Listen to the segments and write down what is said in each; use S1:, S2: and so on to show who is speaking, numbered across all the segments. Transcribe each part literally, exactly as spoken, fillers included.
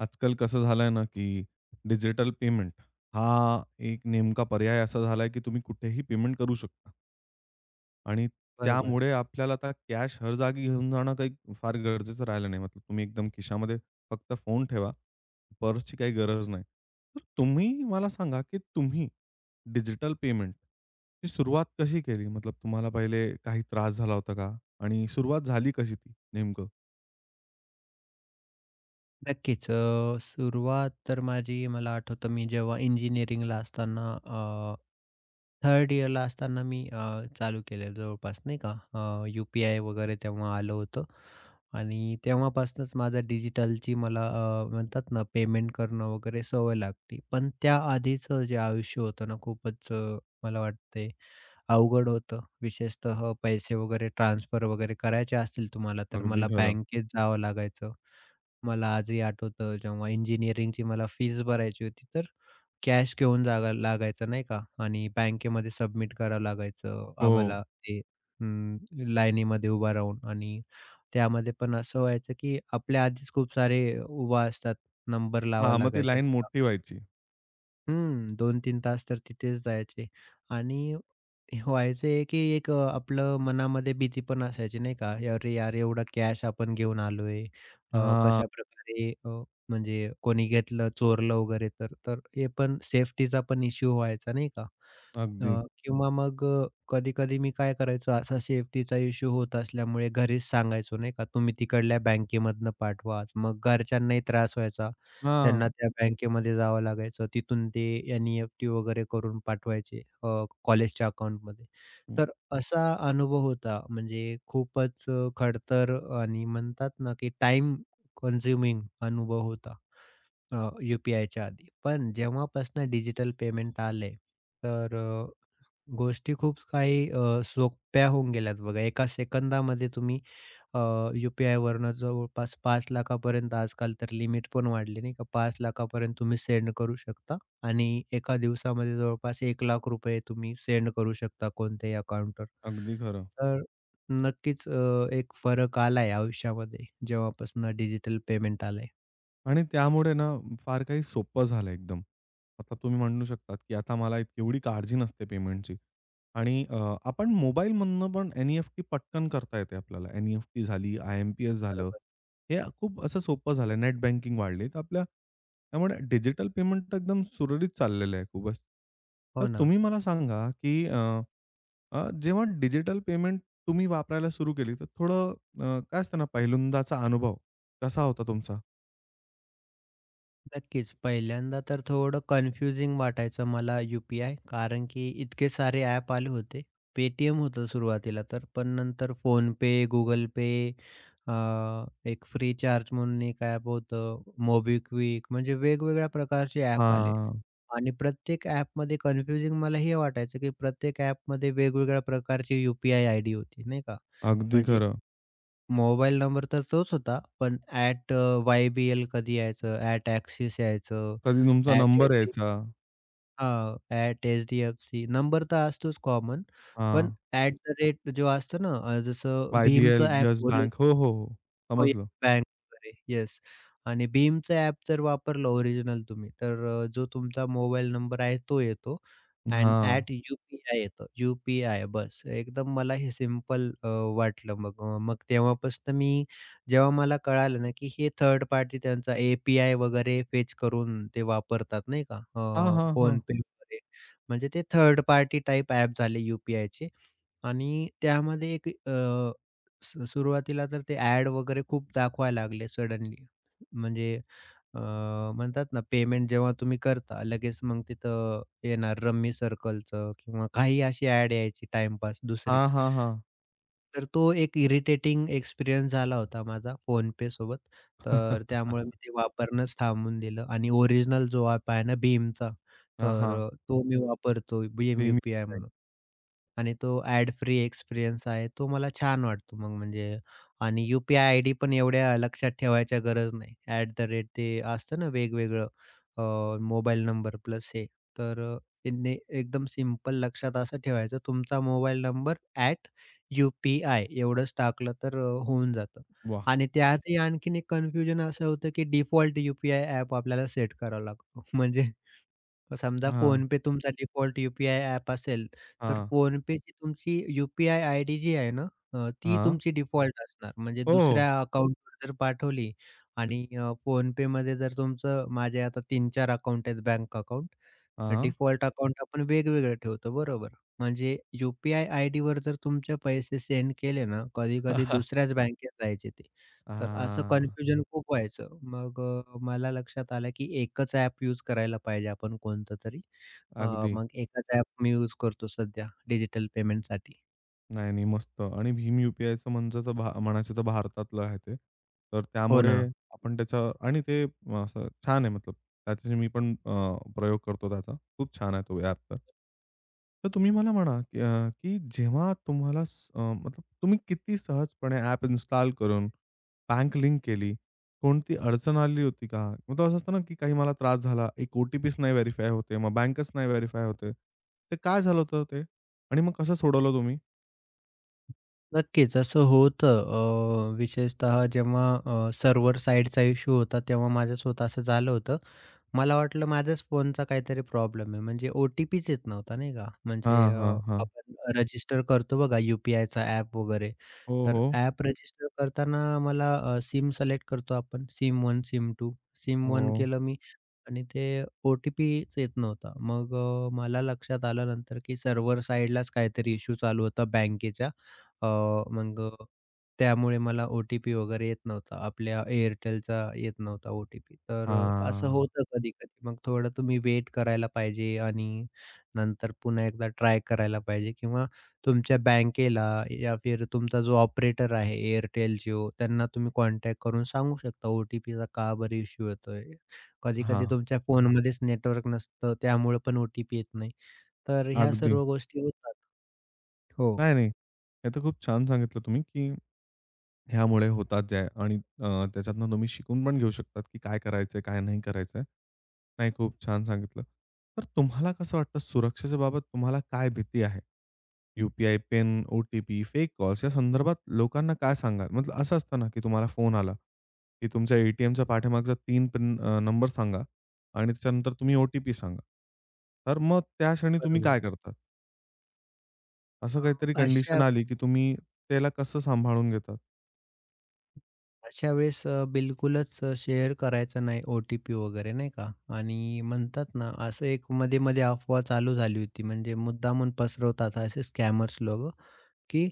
S1: आजकाल कसं झालंय ना, की डिजिटल पेमेंट हा एक नेमका पर्याय असा झालाय, की तुम्ही कुठेही पेमेंट करू शकता. आणि
S2: बरोबर.
S1: त्यामुळे आपल्याला आता कॅश हर जागी घेऊन जाणं काही फार गरजेचं राहिलं नाही. मतलब तुम्ही एकदम खिशामध्ये फक्त फोन ठेवा. पर्सची काही गरज नाही. तर तुम्ही मला सांगा, की तुम्ही डिजिटल पेमेंटची सुरुवात कशी केली? मतलब तुम्हाला पहिले काही त्रास झाला होता का? आणि सुरुवात झाली कशी ती नेमकं?
S2: नक्कीच. अ, सुरुवात तर माझी मला आठवतं मी जेव्हा इंजिनिअरिंगला असताना थर्ड 3rd इयरला असताना मी अ, चालू केलेलं जवळपास नाही का. अ, यू-पी-आय वगैरे तेव्हा आलं होतं आणि तेव्हापासूनच माझा डिजिटलची मला अ, म्हणतात ना पेमेंट करणं वगैरे सवय लागली. पण त्याआधीचं जे आयुष्य होतं ना खूपच अ, मला वाटतंय अवघड होतं. विशेषतः पैसे वगैरे ट्रान्सफर वगैरे करायचे असतील तुम्हाला तर
S1: अगदी
S2: मला
S1: खरं.
S2: बँकेत जावं लागायचं. मला आजही आठवतं जेव्हा इंजिनिअरिंगची मला फीज भरायची होती, तर कॅश घेऊन जागा लागायचं नाही का आणि बँकेमध्ये सबमिट करावं लागायचं
S1: हो.
S2: आम्हाला ते अं, लाईनीमध्ये उभा राहून आणि त्यामध्ये पण असं व्हायचं, की आपल्या आधीच खूप सारे उभा असतात, नंबर लावावा
S1: हां, मग ती
S2: लागायचा.
S1: लाईन मोठी व्हायची.
S2: हं, दोन तीन तास तर तिथेच जायचे आणि व्हायचं की एक अ, आपलं मनामध्ये भीती पण असायची नाही का? "अरे यार, एवढा कॅश आपण घेऊन आलोय, अ,
S1: हां,
S2: कशाप्रकारे अ, म्हणजे कोणी घेतलं, चोरलं वगैरे तर." तर हे पण सेफ्टीचा पण इश्यू व्हायचा नाही का? अ,
S1: अगदी.
S2: किंवा मग अ, कधी-कधी मी काय करायचो असा सेफ्टीचा इश्यू होत असल्यामुळे घरीच सांगायचो नाही का, तुम्ही तिकडल्या बँकेमधनं पाठवा. मग घरच्यांनाही त्रास व्हायचा.
S1: हां,
S2: त्यांना त्या बँकेमध्ये जावं लागायचं. तिथून ते एन-ई-एफ-टी वगैरे करून पाठवायचे अ, कॉलेजच्या अकाउंटमध्ये.
S1: हं,
S2: तर असा अनुभव होता म्हणजे खूपच अ, खडतर आणि म्हणतात ना, की टाईम कन्झ्युमिंग अनुभव होता यू-पी-आयच्या आधी. पण जेव्हापासून डिजिटल पेमेंट आले, तर गोष्टी खूप काही अ, सोप्या होऊन गेल्यात बघा. एका सेकंदामध्ये तुम्ही अ, यू-पी-आयवरनं जवळपास 5,00,000पर्यंत आजकाल तर लिमिट पण वाढली नाही का, 5,00,000पर्यंत तुम्ही सेंड करू शकता आणि एका दिवसामध्ये जवळपास एक लाख रुपये तुम्ही सेंड करू शकता कोणत्याही अकाउंटवर.
S1: अगदी खरं.
S2: तर नक्कीच अ, एक फरक आलाय आयुष्यामध्ये जेव्हापासून डिजिटल पेमेंट आलंय.
S1: आणि त्यामुळे ना फार काही सोपं झालं एकदम. आता तुम्ही म्हणू शकतात, की आता मला इत एवढी काळजी नसते पेमेंटची. आणि अ, आपण मोबाईलमधनं पण एन-ई-एफ-टी पटकन करता येते आपल्याला. एन-ई-एफ-टी झाली, आय-एम-पी-एस झालं.
S2: बरोबर.
S1: हे खूप असं सोपं झालं. नेट बँकिंग वाढली. तर आपल्या त्यामुळे डिजिटल पेमेंट एकदम सुरळीत चाललेलं आहे खूपच. तर
S2: हो ना.
S1: तुम्ही मला सांगा, की अ अ, जेव्हा डिजिटल पेमेंट तुम्ही वापरायला सुरू केली, तर थोडं अ, काय असतं ना, पहिल्यांदाचा अनुभव कसा होता तुमचा?
S2: नक्कीच. पहिल्यांदा तर थोडं कन्फ्युजिंग वाटायचं मला यू पी कारण की इतके सारे ॲप आले होते. पेटीएम होतं सुरुवातीला तर, पण नंतर फोनपे, Google पे, अ, एक फ्रीचार्ज म्हणून एक ॲप होतं, MobiKwik म्हणजे वेगवेगळ्या प्रकारचे ॲप आले
S1: हां,
S2: आणि प्रत्येक ॲपमध्ये कन्फ्युजिंग मला हे वाटायचं की प्रत्येक ॲपमध्ये वेगवेगळ्या प्रकारची यू आय आयडी होती, नाही का?
S1: अगदी
S2: म्हणजे
S1: खरं.
S2: मोबाईल नंबर तर तोच होता, पण अ, वाय-बी-एल कधी यायचं, ॲट ॲक्सिस यायचं,
S1: कधी तुमचा नंबर
S2: एच-डी
S1: यायचा.
S2: हां, एच-डी-एफ-सी नंबर तर असतोच कॉमन,
S1: हां,
S2: पण ॲट द रेट जो असतो ना, अ, जसं
S1: वाय-बी-एल,
S2: भीमचं ॲप
S1: येस बँक. हो, हो, हो.
S2: हो, येस.
S1: समजलं.
S2: बँक वगैरे. येस. आणि BHIMचं ॲप जर वापरलं ओरिजिनल तुम्ही, तर अ, जो तुमचा मोबाईल नंबर आहे तो येतो
S1: हां.
S2: आणि यू-पी-आय येतं. यू-पी-आय बस. एकदम मला हे सिंपल अ, वाटलं मग. अ, मग तेव्हापासून मी जेव्हा मला कळालं ना, की हे थर्ड पार्टी त्यांचा ए-पी-आय वगैरे फेच करून ते वापरतात नाही का,
S1: हां,
S2: अ,
S1: हां, हां.
S2: फोनपे वगैरे. म्हणजे ते थर्ड पार्टी टाइप ॲप झाले यू-पी-आयचे आणि त्यामध्ये एक अ, सु सुरुवातीला तर ते ॲड वगैरे खूप दाखवायला लागले सडनली. म्हणजे अ, म्हणतात ना पेमेंट जेव्हा तुम्ही करता लगेच मग तिथं येणार रम्मी सर्कलचं किंवा काही अशी ॲड यायची टाईमपास
S1: हां,
S2: दुसरीच.
S1: हां, हां.
S2: तर तो एक इरिटेटिंग एक्सपिरियन्स झाला होता माझा फोनपे सोबत. तर त्यामुळे मी ते वापरणंच थांबवून दिलं आणि ओरिजिनल जो ॲप आहे ना भीमचा,
S1: हां,
S2: तर
S1: हां.
S2: अ, तो मी वापरतो भीम यू
S1: बेमी बँक.
S2: म्हणून. आणि तो ॲड फ्री एक्सपिरियन्स आहे, तो मला छान वाटतो मग म्हणजे आणि यू-पी-आय आयडी पण एवढ्या लक्षात ठेवायच्या गरज नाही. ॲट द रेट ते असतं ना वेगवेगळं मोबाईल नंबर प्लस हे. तर अ, त्यांनी एकदम सिंपल लक्षात असं ठेवायचं तुमचा मोबाईल नंबर ॲट यू-पी-आय एवढंच टाकलं तर अ, होऊन जातं.
S1: वाह!
S2: आणि त्यातही आणखीन एक कन्फ्युजन असं होतं, की डिफॉल्ट यू-पी-आय ॲप आपल्याला सेट करावा लागतो. समजा
S1: हां,
S2: PhonePe तुमचा डिफॉल्ट यू-पी-आय असेल, तर
S1: हां,
S2: फोन पे यू-पी-आय आयडी जी आहे ना, अ, ती
S1: हां.
S2: तुमची डिफॉल्ट असणार. म्हणजे
S1: हो, हो.
S2: दुसऱ्या अकाउंटवर जर पाठवली आणि अ, PhonePeमध्ये जर तुमचं माझे आता तीन चार अकाउंट आहेत बँक अकाउंट.
S1: हां.
S2: डिफॉल्ट अकाउंट आपण वेगवेगळं ठेवतो बरोबर. म्हणजे यू-पी-आय आयडीवर जर तुमचे पैसे सेंड केले ना, कधी-कधी दुसऱ्याच बँकेत जायचे ते. तर असं
S1: हां.
S2: कन्फ्युजन खूप व्हायचं. मग अ, मला लक्षात आलं की एकच ॲप यूज करायला पाहिजे आपण कोणतं तरी. अ,
S1: अगदी.
S2: मग एकच ॲप मी यूज करतो सध्या डिजिटल पेमेंटसाठी.
S1: नाही, नाही. मस्त आणि भीम यू-पी-आयचं म्हणजे तर भा म्हणायचं तर भारतातलं आहे ते. तर
S2: हो
S1: त्यामुळे
S2: ना.
S1: आपण त्याचा आणि ते असं छान आहे मतलब त्याच्याशी मी पण अ, प्रयोग करतो त्याचा. खूप छान आहे तो ॲप तर. तर तुम्ही मला म्हणा की अ, की जेव्हा तुम्हाला स अ, मतलब तुम्ही किती सहजपणे ॲप इन्स्टॉल करून बँक लिंक केली. कोणती अडचण आली होती का? मग असं असतं ना की काही मला त्रास झाला. एक ओ-टी-पीच नाही व्हेरिफाय होते. मग बँकच नाही व्हेरिफाय होते. ते काय झालं होतं ते? आणि मग कसं सोडवलं तुम्ही?
S2: नक्कीच असं होतं. अ, विशेषतः जेव्हा अ, सर्व्हर इश्यू होता तेव्हा माझ्या स्वतःचं झालं होतं. मला वाटलं माझ्याच फोनचा काहीतरी प्रॉब्लेम आहे. म्हणजे ओ-टी-पीच येत नव्हता नाही का? म्हणजे
S1: हां,
S2: अ,
S1: हां, हां.
S2: आपण रजिस्टर करतो बघा यू-पी-आयचा ॲप वगैरे.
S1: हो,
S2: तर
S1: हो.
S2: ॲप रजिस्टर करताना मला अ, सिम सिलेक्ट करतो आपण सिम एक, सिम दोन. सिम एक
S1: हो.
S2: केलं मी आणि ते ओ-टी-पीच येत नव्हता. मग अ, मला लक्षात आलं नंतर की सर्व्हर साइडलाच काहीतरी इश्यू चालू होता बँकेच्या. अ, मग अ, त्यामुळे मला ओ-टी-पी वगैरे येत नव्हता. आपल्या एअरटेलचा येत नव्हता ओ-टी-पी. तर अ, असं
S1: हां,
S2: होतं कधी-कधी. मग थोडं तुम्ही वेट करायला पाहिजे आणि नंतर पुन्हा एकदा ट्राय करायला पाहिजे किंवा तुमच्या बँकेला या फिर तुमचा जो ऑपरेटर आहे एअरटेल, जिओ त्यांना तुम्ही कॉन्टॅक्ट करून सांगू शकता ओ-टी-पीचा का बरं इश्यू येतोय. कधी-कधी
S1: हां.
S2: तुमच्या फोनमध्येच नेटवर्क नसतं, त्यामुळे पण ओ-टी-पी येत नाही. तर ह्या
S1: अगदी.
S2: सर्व गोष्टी होतात. हो,
S1: नाही, नाही. हे तर खूप छान सांगितलं तुम्ही, की ह्यामुळे होतात जे आहे आणि अ, त्याच्यातनं तुम्ही शिकून पण घेऊ शकतात, की काय करायचंय, काय नाही करायचंय. नाही, खूप छान सांगितलं. तर तुम्हाला कसं वाटतं सुरक्षेच्या बाबत तुम्हाला काय भीती आहे? U P I, PIN, O T P, fake calls या संदर्भात लोकांना काय सांगाल? मतलब असं असतं ना, की तुम्हाला फोन आला, की तुमच्या ए पाठीमागचा तीन पिन अ, नंबर सांगा आणि त्याच्यानंतर तुम्ही ओ-टी-पी सांगा. तर मग त्या क्षणी तुम्ही
S2: बरोबर.
S1: काय करतात? असं
S2: अ,
S1: काहीतरी
S2: अशा
S1: कंडिशन आली, की तुम्ही त्याला कसं सांभाळून घेतात?
S2: अशा वेळेस अ, बिलकुलच अ, शेअर करायचं नाही ओ-टी-पी वगैरे नाही का? आणि म्हणतात ना, असं एक मध्ये-मध्ये अफवा चालू झाली होती म्हणजे मुद्दामून पसरवतात असे स्कॅमर्स लोकं, की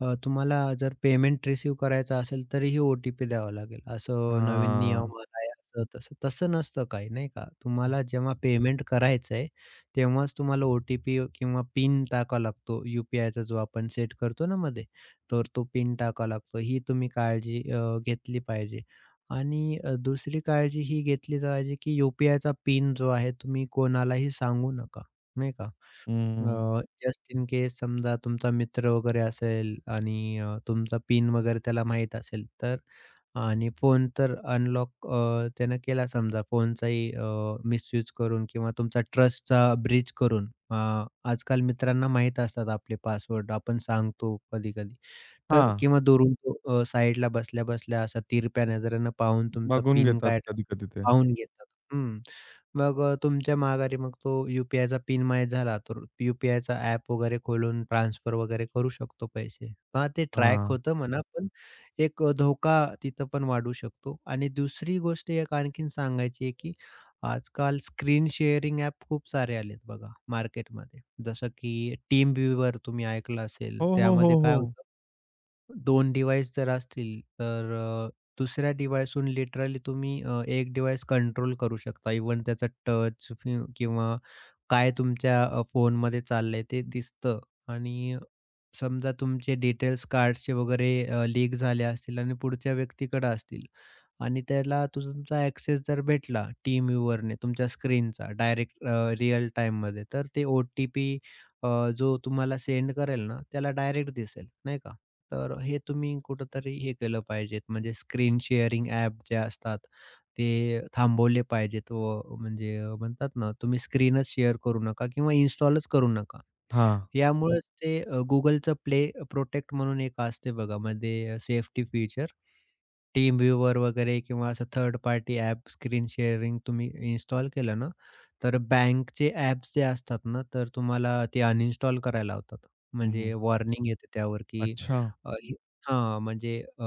S2: अ, तुम्हाला जर पेमेंट रिसीव्ह करायचा असेल तरीही ओ-टी-पी द्यावा लागेल. असं नवीन
S1: हां.
S2: नियम आलाय असं तसं. तसं नसतं काही नाही का. तुम्हाला जेव्हा पेमेंट करायचं आहे, तेव्हाच तुम्हाला ओ-टी-पी किंवा पिन टाकावा लागतो. यू-पी-आयचा जो आपण सेट करतो ना मध्ये, तर तो पिन टाकावा लागतो. ही तुम्ही काळजी अ, घेतली पाहिजे. आणि अ, दुसरी काळजी ही घेतली पाहिजे, की यू-पी-आयचा पिन जो आहे तुम्ही कोणालाही सांगू नका, नाही का.
S1: हं.
S2: अ, जस्ट इन केस समजा तुमचा मित्र वगैरे असेल आणि अ, तुमचा पिन वगैरे त्याला माहीत असेल तर आणि फोन तर अनलॉक अ, त्यानं केला समजा फोनचाही अ, मिसयूज करून किंवा तुमचा ट्रस्टचा ब्रीच करून. अ, आजकाल मित्रांना माहीत असतात आपले पासवर्ड आपण सांगतो कधी-कधी. तर
S1: हां,
S2: किंवा दुरून तो अ, साईडला बसल्या-बसल्या असा तिरप्या नजरेनं पाहून तुमचा
S1: बघून
S2: पिन
S1: घेतात
S2: काय
S1: कधी-कधी ते.
S2: टाकला पाहून घेतात. हं. मग अ, तुमच्या माघारी मग तो यू-पी-आयचा पिन माहीत झाला, तर यू-पी-आयचा ॲप वगैरे खोलून ट्रान्सफर वगैरे करू शकतो पैसे. हां, ते ट्रॅक
S1: हां.
S2: होतं म्हणा, पण एक अ, धोका तिथं पण वाढू शकतो. आणि दुसरी गोष्ट एक आणखीन सांगायची आहे, की आजकाल स्क्रीन शेअरिंग ॲप खूप सारे आलेत बघा मार्केटमध्ये. जसं की TeamViewer तुम्ही ऐकलं असेल.
S1: हो, हो, हो,
S2: त्यामध्ये काय
S1: हो.
S2: होतं दोन डिव्हाइस जर असतील, तर अ, दुसऱ्या डिव्हाइसहून लिटरली तुम्ही अ, एक डिव्हाइस कंट्रोल करू शकता. इव्हन त्याचा टच फि किंवा काय तुमच्या अ, फोनमध्ये चाललंय ते दिसतं आणि समजा तुमचे डिटेल्स कार्ड्सचे वगैरे अ, लीक झाले असतील आणि पुढच्या व्यक्तीकडे असतील, आणि त्याला तुझा तुमचा ॲक्सेस जर भेटला टीम व्ह्यूवरने तुमच्या स्क्रीनचा डायरेक्ट अ, रिअल टाईममध्ये, तर ते ओ-टी-पी जो तुम्हाला सेंड करेल ना, त्याला डायरेक्ट दिसेल, नाही का? तर हे तुम्ही कुठेतरी हे केलं पाहिजेत, म्हणजे स्क्रीन शेअरिंग ॲप जे असतात, ते थांबवले पाहिजेत व म्हणजे अ, म्हणतात ना, तुम्ही स्क्रीनच शेअर करू नका किंवा इन्स्टॉलच करू नका.
S1: हां.
S2: यामुळेच ते अ, प्ले प्रोटेक्ट म्हणून एक असते बघा, म्हणजे सेफ्टी फीचर. टीम व्ह्यूवर वगैरे किंवा असं third party app screen sharing तुम्ही इन्स्टॉल केलं ना, तर बँकचे ॲप्स जे असतात ना, तर तुम्हाला ते अनइन्स्टॉल करायला लावतात.
S1: हं.
S2: म्हणजे वॉर्निंग येते त्यावर, की
S1: अच्छा.
S2: अ, ही हां, म्हणजे अ,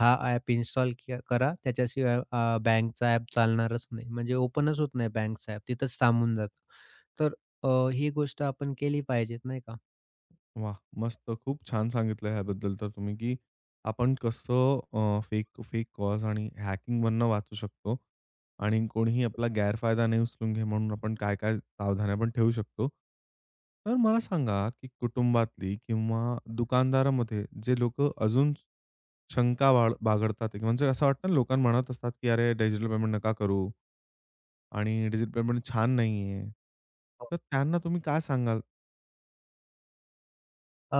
S2: हा ॲप इन्स्टॉल करा, त्याच्याशिवाय अ, बँकचा ॲप चालणारच नाही. म्हणजे ओपनच होत नाही बँकचा ॲप, तिथंच थांबून जातं. तर अ, ही गोष्ट आपण केली पाहिजेत नाही का?
S1: वाह! मस्त. खूप छान सांगितलं ह्याबद्दल तर तुम्ही, की आपण कसं अ, फेक फेक कॉल्स आणि हॅकिंगमधनं वाचू शकतो आणि कोणीही आपला गैरफायदा नाही उचलून घे म्हणून आपण काय-काय सावधान्या पण ठेवू शकतो. तर मला सांगा, की कुटुंबातली किंवा दुकानदारामध्ये जे लोकं अजून शंका बाळ बाळगतात म्हणजे असं वाटतं ना लोकांना म्हणत असतात, की "अरे, डिजिटल पेमेंट नका करू आणि डिजिटल पेमेंट छान नाहीये." तर त्यांना तुम्ही काय सांगाल?
S2: अ,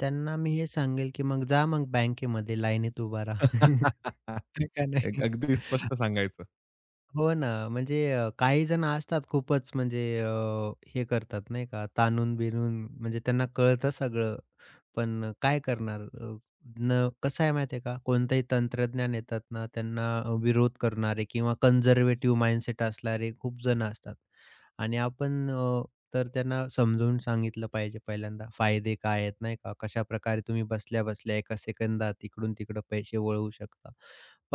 S2: त्यांना मी हे सांगेल, की मग जा मग बँकेमध्ये लाईनीत उभा राहा. आहे का
S1: एक
S2: नाही?
S1: अगदी स्पष्ट सांगायचं.
S2: हो ना, म्हणजे अ, काही जण असतात खूपच म्हणजे अ, हे करतात नाही का, ताणून-बिनून म्हणजे त्यांना कळतं सगळं, पण काय करणार? अ, न कसं आहे माहिती आहे का, कोणतंही तंत्रज्ञान येतात ना, त्यांना विरोध करणारे किंवा कन्झर्व्हेटिव्ह माइंडसेट असणारे खूप जण असतात. आणि आपण अ, तर त्यांना समजवून सांगितलं पाहिजे पहिल्यांदा, फायदे काय आहेत नाही का? कशाप्रकारे तुम्ही बसल्या-बसल्या एका सेकंदात इकडून-तिकडं पैसे वळवू शकता.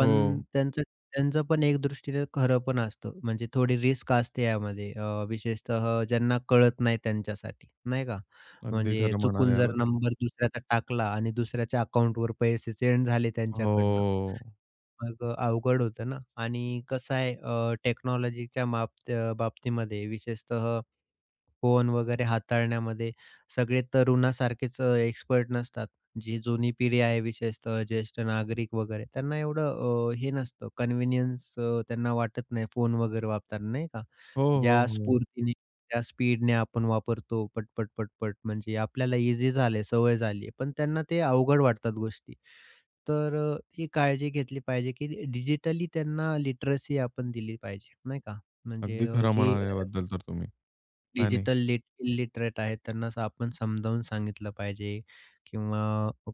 S1: हो.
S2: त्यांचं त्यांचं पण एक दृष्टीने खरं पण असतं. म्हणजे थोडी रिस्क असते यामध्ये अ, विशेषतः ज्यांना कळत नाही त्यांच्यासाठी, नाही का?
S1: अगदी
S2: म्हणजे
S1: खरं म्हणाले
S2: चुकून जर
S1: याबद्दल.
S2: नंबर दुसऱ्याचा टाकला आणि दुसऱ्याच्या अकाउंटवर पैसे सेंड झाले
S1: हो.
S2: त्यांच्याकडनं, मग अवघड होतं ना. आणि कसं आहे टेक्नॉलॉजीच्या बाब बाबतीमध्ये विशेषतः फोन वगैरे हाताळण्यामध्ये सगळे तरुणासारखेच अ, एक्सपर्ट नसतात. जी जुनी पिढी आहे विशेषतः ज्येष्ठ नागरिक वगैरे त्यांना एवढं अ, हे नसतं कन्व्हिनियन्स त्यांना वाटत नाही फोन वगैरे वापरताना नाही का?
S1: हो, हो,
S2: ज्या
S1: हो.
S2: स्फूर्तीने, त्या स्पीडने आपण वापरतो पटपट, पटपट म्हणजे आपल्याला ईझी झालंय, सवय झाली पण त्यांना ते अवघड वाटतात गोष्टी. तर अ, ही काळजी घेतली पाहिजे, की डिजिटली त्यांना लिटरसी आपण दिली पाहिजे, नाही का? म्हणजे
S1: अगदी
S2: अ,
S1: खरं
S2: जी
S1: म्हणाले याबद्दल तर तुम्ही. नाही, नाही.
S2: डिजिटल लिट इलिटरेट आहेत त्यांना असं आपण समजावून सांगितलं पाहिजे किंवा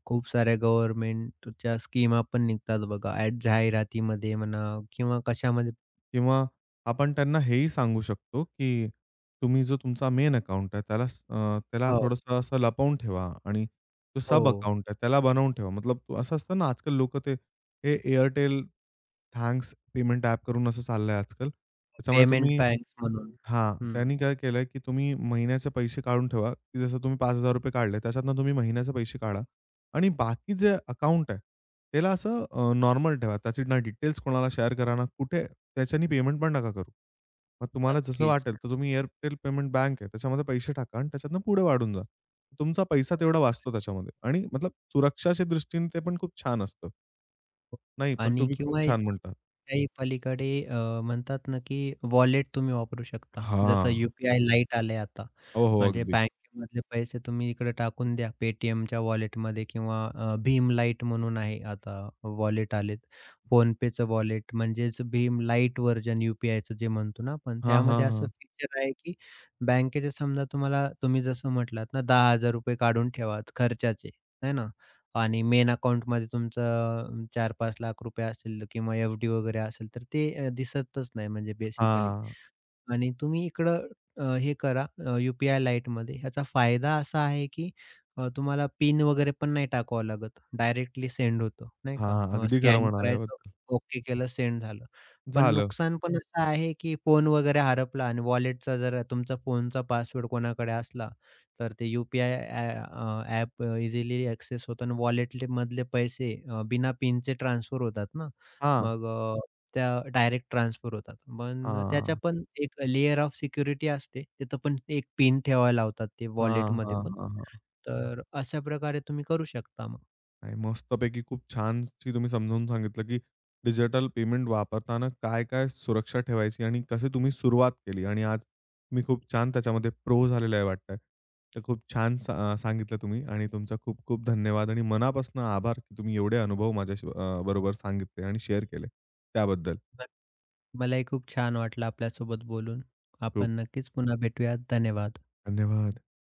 S2: खूप साऱ्या गव्हर्नमेंटच्या स्कीमा पण निघतात बघा ॲड जाहिरातीमध्ये म्हणा किंवा कशामध्ये
S1: किंवा आपण त्यांना हेही सांगू शकतो, की तुम्ही जो तुमचा मेन अकाउंट आहे त्याला अ, त्याला
S2: हो,
S1: थोडंसं असं लपवून ठेवा आणि जो सब
S2: हो.
S1: अकाउंट आहे त्याला बनवून ठेवा. मतलब तो- असं असतं ना, आजकाल लोकं ते हे Airtel थँक्स पेमेंट ॲप करून असं चाललंय आजकाल. त्याच्यामुळे
S2: पेमेंट
S1: तुम्ही
S2: बँक्स म्हणून.
S1: हां,
S2: हं,
S1: त्यांनी काय केलंय, की तुम्ही महिन्याचे पैसे काढून ठेवा, की जसं तुम्ही ₹पाच हजार काढले, त्याच्यातनं तुम्ही महिन्याचे पैसे काढा. आणि बाकी जे अकाउंट आहे, त्याला असं नॉर्मल ठेवा. त्याची ना डिटेल्स कोणाला शेअर करा ना कुठे त्याच्यानी पेमेंट पण नका करू. मग तुम्हाला जसं
S2: नक्कीच.
S1: वाटेल, तर तुम्ही Airtel पेमेंट बँक आहे, त्याच्यामध्ये पैसे टाका आणि त्याच्यातनं पुढे वाढून जा. तुमचा पैसा तेवढा
S2: बरोबर.
S1: वाचतो त्याच्यामध्ये आणि मतलब सुरक्षाच्या दृष्टीने ते पण खूप छान असतं. नाही, पण
S2: आणि
S1: तुम्ही खूप
S2: किंवा
S1: छान म्हणतात.
S2: त्याही पलीकडे अ, म्हणतात ना, की वॉलेट तुम्ही वापरू शकता. जसं
S1: हां.
S2: यू-पी-आय लाईट आलंय आता.
S1: हो, हो.
S2: म्हणजे
S1: अगदी.
S2: बँकेमधले पैसे तुम्ही इकडे टाकून द्या पेटीएमच्या वॉलेटमध्ये किंवा अ, भीम लाईट म्हणून आहे आता वॉलेट आलेत. फोनपेचं वॉलेट म्हणजेच भीम लाईट व्हर्जन यू-पी-आयचं जे म्हणतो ना आपण.
S1: हां, हां,
S2: त्यामध्ये असं
S1: हां.
S2: फीचर आहे, की बँकेचे समजा तुम्हाला तुम्ही जसं म्हटलात ना ₹दहा हजार रुपये काढून ठेवा खर्चाचे, आहे ना? आणि मेन अकाउंटमध्ये तुमचं अ, चार पाच लाख असतील किंवा एफ-डी वगैरे असेल, तर ते अ, दिसतच नाही म्हणजे बेसिकली.
S1: हां,
S2: आणि तुम्ही इकडं अ, हे करा अ, यू-पी-आय लाईटमध्ये. ह्याचा फायदा असा आहे, की अ, तुम्हाला पिन वगैरे पण नाही टाकावं लागत. डायरेक्टली सेंड होतं, नाही का?
S1: हां.
S2: अ,
S1: अगदी खरं
S2: स्कॅन करायचं,
S1: म्हणाल्याबद्दल.
S2: ओके केलं, सेंड झालं. पण
S1: झालं.
S2: नुकसान पण असं आहे, की फोन वगैरे हरपला आणि वॉलेटचा जर तुमचा फोनचा पासवर्ड कोणाकडे असला, तर ते यू ॲप इझिली ॲक्सेस होतं आणि वॉलेटमधले पैसे अ, बिना पिनचे ट्रान्सफर होतात ना.
S1: हां,
S2: मग अ, त्या डायरेक्ट ट्रान्सफर होतात. पण त्याच्या
S1: हां,
S2: पण एक लेयर ऑफ सिक्युरिटी असते. तिथं पण एक पिन ठेवायला लावतात ते
S1: हां,
S2: वॉलेटमध्ये
S1: हां,
S2: पण.
S1: हां, हां.
S2: तर अशा प्रकारे तुम्ही करू शकता मग.
S1: नाही, मस्तपैकी खूप छानशी तुम्ही समजावून सांगितलं, की डिजिटल पेमेंट वापरताना काय-काय सुरक्षा ठेवायची आणि कसे तुम्ही सुरुवात केली आणि आज तुम्ही खूप छान त्याच्यामध्ये प्रो झालेले आहे वाटतं. तर खूप छान सा अं, सांगितलं तुम्ही आणि तुमचा खूप खूप धन्यवाद आणि मनापासून आभार, की तुम्ही एवढे अनुभव माझ्याशी बरोबर सांगितले आणि शेअर केले त्याबद्दल.
S2: मलाही खूप छान वाटलं आपल्यासोबत बोलून.
S1: खूप
S2: आपण नक्कीच पुन्हा भेटूयात. धन्यवाद.
S1: धन्यवाद.